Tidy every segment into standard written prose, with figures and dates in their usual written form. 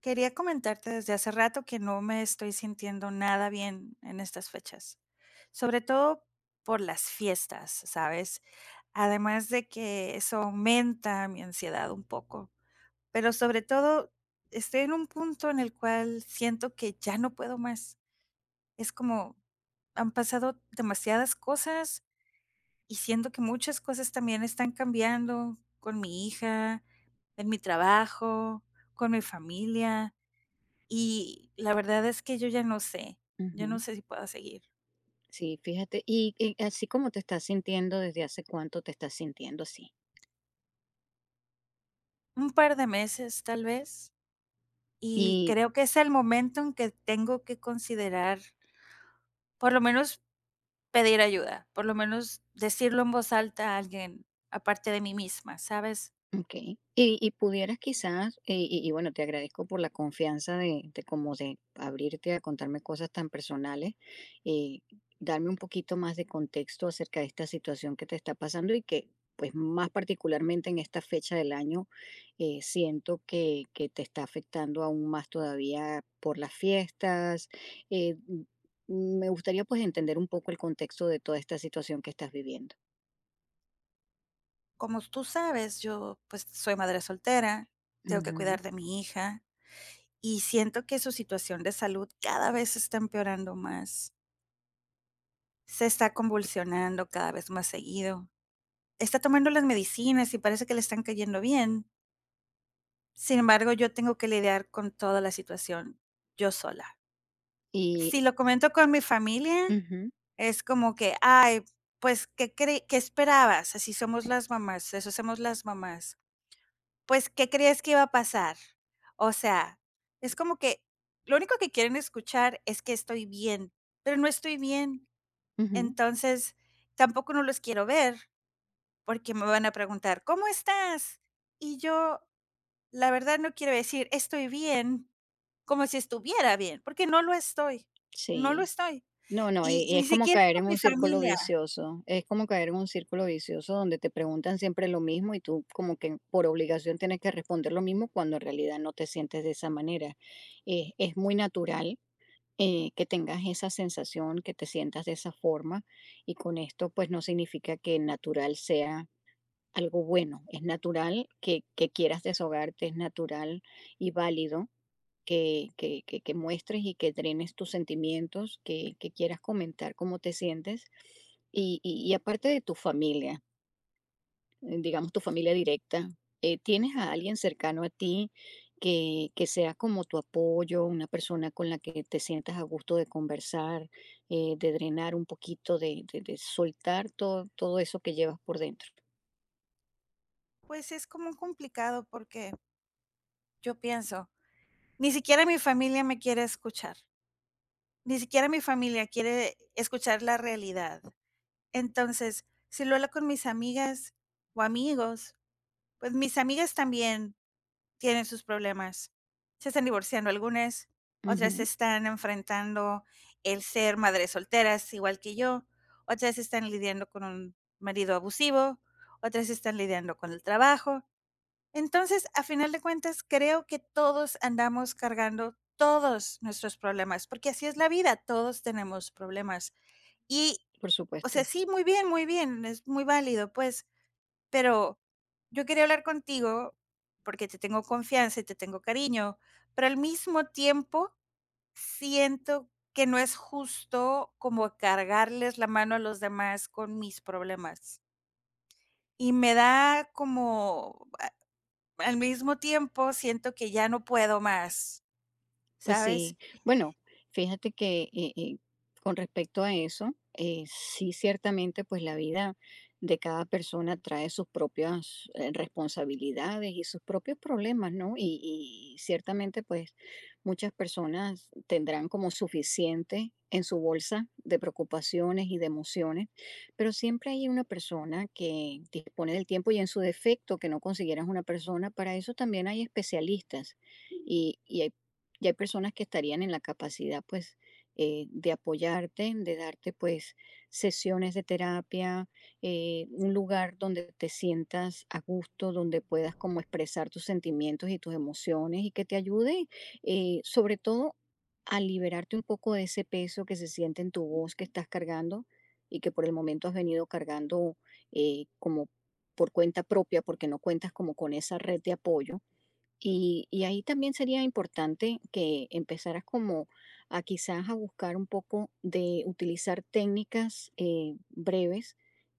Quería comentarte desde hace rato que no me estoy sintiendo nada bien en estas fechas, sobre todo por las fiestas, ¿sabes? Además de que eso aumenta mi ansiedad un poco, pero sobre todo estoy en un punto en el cual siento que ya no puedo más. Es como han pasado demasiadas cosas y siento que muchas cosas también están cambiando con mi hija, en mi trabajo, con mi familia. Y la verdad es que yo ya no sé, yo no Ujú. sé si pueda seguir. Sí, fíjate, y así como te estás sintiendo, ¿desde hace cuánto te estás sintiendo así? Un par de meses, tal vez, y Y creo que es el momento en que tengo que considerar, por lo menos pedir ayuda, por lo menos decirlo en voz alta a alguien aparte de mí misma, ¿sabes? okey. Y pudieras quizás, y bueno, te agradezco por la confianza de como de abrirte a contarme cosas tan personales, eh, darme un poquito más de contexto acerca de esta situación que te está pasando y que, pues, más particularmente en esta fecha del año, siento que te está afectando aún más todavía por las fiestas. M me gustaría, pues, entender un poco el contexto de toda esta situación que estás viviendo. Como tú sabes, yo pues soy madre soltera, tengo que Ujú. cuidar de mi hija y siento que su situación de salud cada vez está empeorando más, se está convulsionando cada vez más seguido, está tomando las medicinas y parece que le están cayendo bien. Sin embargo, yo tengo que lidiar con toda la situación yo sola. Y Si lo comento con mi familia, ujú, es como que, ay, pues, ¿qué cree qué esperabas? Así somos las mamás, eso somos las mamás. Pues, ¿qué creías que iba a pasar? O sea, es como que lo único que quieren escuchar es que estoy bien, pero no estoy bien. ujú. Entonces, tampoco no los quiero ver porque me van a preguntar, ¿cómo estás? Y yo, la verdad, no quiere decir estoy bien, como si estuviera bien, porque no lo estoy, no lo Sí. estoy. No, no, y Y y es ni como siquiera caer con en mi un círculo familia. vicioso. Es como caer en un círculo vicioso donde te preguntan siempre lo mismo y tú como que por obligación tienes que responder lo mismo cuando en realidad no te sientes de esa manera. Es muy natural que tengas esa sensación, que te sientas de esa forma, y con esto pues no significa que natural sea algo bueno. Es natural que quieras desahogarte, es natural y válido que muestres y que drenes tus sentimientos, que quieras comentar cómo te sientes. Y aparte de tu familia, digamos tu familia directa, ¿tienes a Claro. alguien cercano a ti que sea como tu apoyo, una persona con la que te sientas a gusto de conversar, de drenar un poquito, de soltar todo, todo eso que llevas por dentro? Pues es como complicado porque yo pienso, ni siquiera mi familia me quiere escuchar, ni siquiera mi familia quiere escuchar la realidad. Entonces, si lo hablo con mis amigas o amigos, pues mis amigas también tienen sus problemas. Se están divorciando algunas, otras se Ujú, están enfrentando el ser madres solteras, igual que yo, otras están lidiando con un marido abusivo, otras están lidiando con el trabajo. Entonces, a final de cuentas, creo que todos andamos cargando todos nuestros problemas, porque así es la vida, todos tenemos problemas. Y, por o sea, supuesto. sí, muy bien, es muy válido, pues, pero yo quería hablar contigo porque te tengo confianza y te tengo cariño, pero al mismo tiempo siento que no es justo como cargarles la mano a los demás con mis problemas. Y me da como, al mismo tiempo siento que ya no puedo más, Pues ¿sabes? sí, bueno, fíjate que con respecto a eso, sí, ciertamente pues la vida de cada persona trae sus propias responsabilidades y sus propios problemas, ¿no? Y ciertamente pues muchas personas tendrán como suficiente en su bolsa de preocupaciones y de emociones, pero siempre hay una persona que dispone del tiempo y en su defecto que no consiguieras una persona, para eso también hay especialistas y hay personas que estarían en la capacidad, pues, de apoyarte, de darte, pues, sesiones de terapia, un lugar donde te sientas a gusto, donde puedas como expresar tus sentimientos y tus emociones y que te ayude, sobre todo, a liberarte un poco de ese peso que se siente en tu voz que estás cargando y que por el momento has venido cargando como por cuenta propia, porque no cuentas como con esa red de apoyo. Y ahí también sería importante que empezaras como a quizás a buscar un poco de utilizar técnicas breves,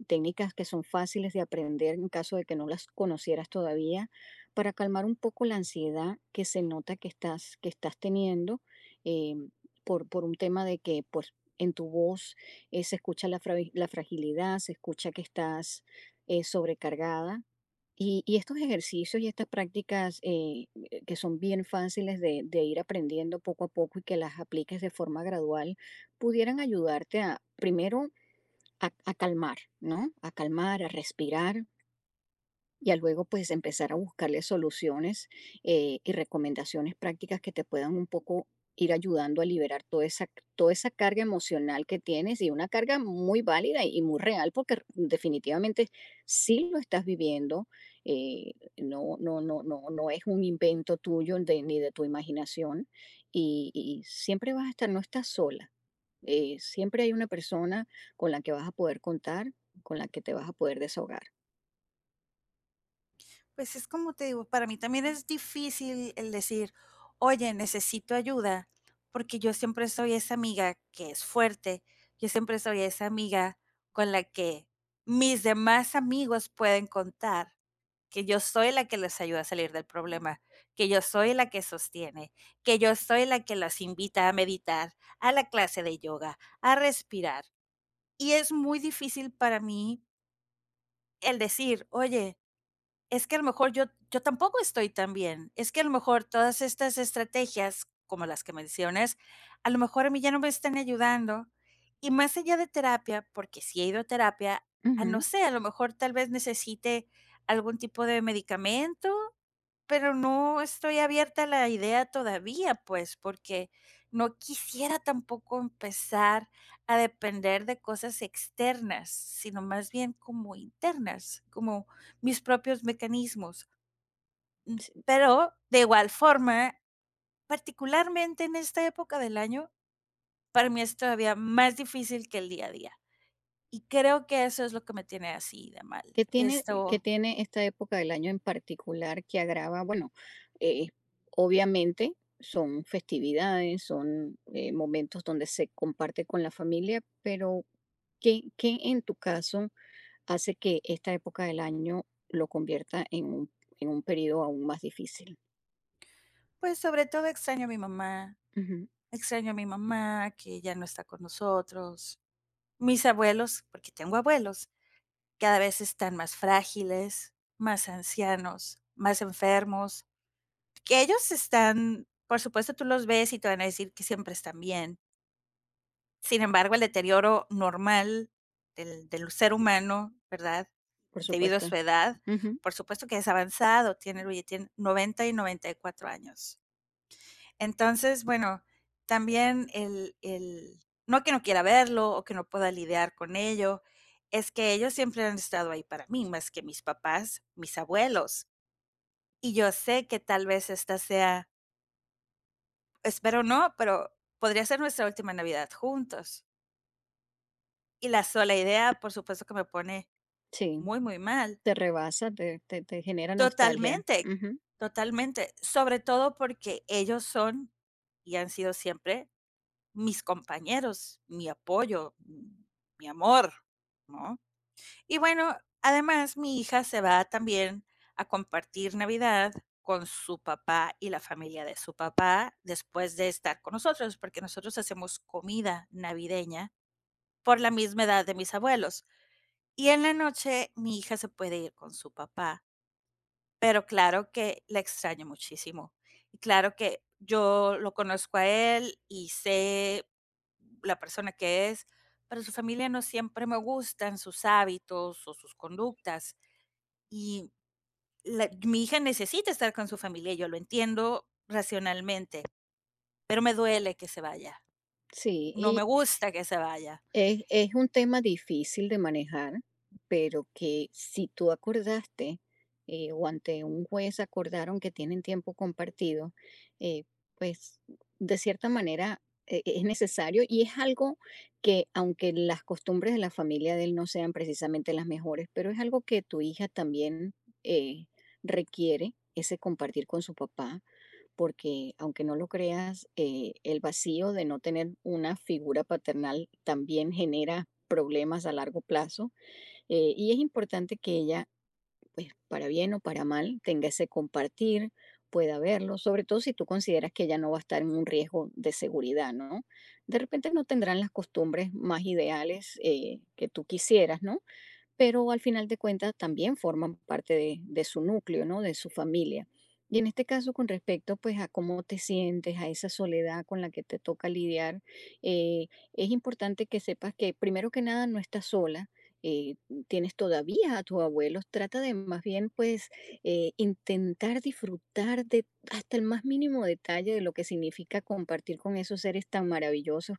técnicas que son fáciles de aprender en caso de que no las conocieras todavía, para calmar un poco la ansiedad que se nota que estás teniendo eh, por un tema de que pues en tu voz se escucha la, la fragilidad, se escucha que estás sobrecargada y estos ejercicios y estas prácticas que son bien fáciles de ir aprendiendo poco a poco y que las apliques de forma gradual, pudieran ayudarte a, primero, a calmar, ¿no? A calmar, a respirar, y a luego pues empezar a buscarle soluciones y recomendaciones prácticas que te puedan un poco ir ayudando a liberar toda esa carga emocional que tienes, y una carga muy válida y muy real porque definitivamente sí lo estás viviendo, eh, no, no, no, no, no es un invento tuyo ni de tu imaginación, y siempre vas a estar, no estás sola, siempre hay una persona con la que vas a poder contar, con la que te vas a poder desahogar. Pues es como te digo, para mí también es difícil el decir, oye, necesito ayuda, porque yo siempre soy esa amiga que es fuerte, yo siempre soy esa amiga con la que mis demás amigos pueden contar, que yo soy la que les ayuda a salir del problema, que yo soy la que sostiene, que yo soy la que las invita a meditar, a la clase de yoga, a respirar. Y es muy difícil para mí el decir, oye, es que a lo mejor yo tampoco estoy tan bien. Es que a lo mejor todas estas estrategias, como las que mencionas, a lo mejor a mí ya no me están ayudando. Y más allá de terapia, porque si he ido a terapia, a no Ujú, sé, a lo mejor tal vez necesite algún tipo de medicamento, pero no estoy abierta a la idea todavía, pues, porque no quisiera tampoco empezar a depender de cosas externas, sino más bien como internas, como mis propios mecanismos. Sí. Pero de igual forma, particularmente en esta época del año, para mí es todavía más difícil que el día a día. Y creo que eso es lo que me tiene así de mal. Qué Esto, tiene esta época del año en particular que agrava? Bueno, eh, obviamente son festividades, son momentos donde se comparte con la familia, pero ¿qué, qué en tu caso hace que esta época del año lo convierta en un periodo aún más difícil? pues sobre todo extraño a mi mamá. Ujú, Extraño a mi mamá, que ya no está con nosotros. Mis abuelos, porque tengo abuelos, cada vez están más frágiles, más ancianos, más enfermos, que ellos están, por supuesto, tú los ves y te van a decir que siempre están bien. Sin embargo, el deterioro normal del ser humano, ¿verdad? por Debido a supuesto. su edad, Ujú, por supuesto que es avanzado, tiene, oye, tienen 90 y 94 años. Entonces, bueno, también el, no que no quiera verlo o que no pueda lidiar con ello, es que ellos siempre han estado ahí para mí, más que mis papás, mis abuelos. Y yo sé que tal vez esta sea, espero no, pero podría ser nuestra última Navidad juntos. Y la sola idea, por supuesto que me pone sí, muy, muy mal. te rebasa, te, te genera nostalgia. Totalmente, Ujú, totalmente. Sobre todo porque ellos son y han sido siempre mis compañeros, mi apoyo, mi amor, ¿no? Y bueno, además mi hija se va también a compartir Navidad con su papá y la familia de su papá después de estar con nosotros, porque nosotros hacemos comida navideña por la misma edad de mis abuelos. Y en la noche mi hija se puede ir con su papá, pero claro que la extraño muchísimo. Y claro que yo lo conozco a él y sé la persona que es, pero su familia, no siempre me gustan sus hábitos o sus conductas. Y mi hija necesita estar con su familia, yo lo entiendo racionalmente, pero me duele que se vaya. sí, No me y gusta que se vaya. es un tema difícil de manejar, pero que si tú acordaste o ante un juez acordaron que tienen tiempo compartido, eh, pues de cierta manera es necesario y es algo que aunque las costumbres de la familia de él no sean precisamente las mejores, pero es algo que tu hija también eh, requiere, ese compartir con su papá, porque aunque no lo creas, el vacío de no tener una figura paternal también genera problemas a largo plazo, y es importante que ella, pues para bien o para mal, tenga ese compartir, pueda verlo, sobre todo si tú consideras que ella no va a estar en un riesgo de seguridad, ¿no? De repente no tendrán las costumbres más ideales, que tú quisieras, ¿no? Pero al final de cuentas también forman parte de su núcleo, ¿no? De su familia. Y en este caso, con respecto pues a cómo te sientes, a esa soledad con la que te toca lidiar, eh, es importante que sepas que primero que nada no estás sola, eh, tienes todavía a tus abuelos, trata de más bien pues intentar disfrutar de hasta el más mínimo detalle de lo que significa compartir con esos seres tan maravillosos,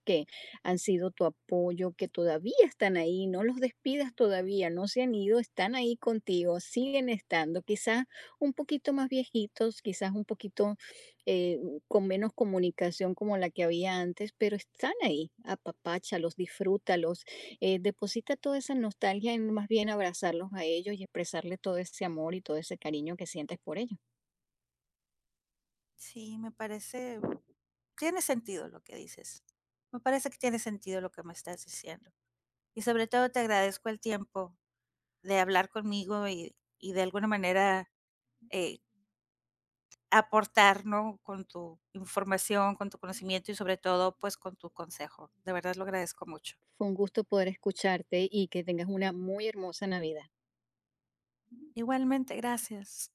han sido tu apoyo, que todavía están ahí, no los despidas todavía, no se han ido, están ahí contigo, siguen estando, quizás un poquito más viejitos, quizás un poquito eh, con menos comunicación como la que había antes, pero están ahí, apapáchalos, disfrútalos, deposita toda esa nostalgia en más bien abrazarlos a ellos y expresarle todo ese amor y todo ese cariño que sientes por ellos. Sí, me parece, tiene sentido lo que dices. Me parece que tiene sentido lo que me estás diciendo. Y sobre todo te agradezco el tiempo de hablar conmigo y de alguna manera, eh, aportar, ¿no? Con tu información, con tu conocimiento y sobre todo, pues, con tu consejo. De verdad lo agradezco mucho. Fue un gusto poder escucharte y que tengas una muy hermosa Navidad. Igualmente, gracias.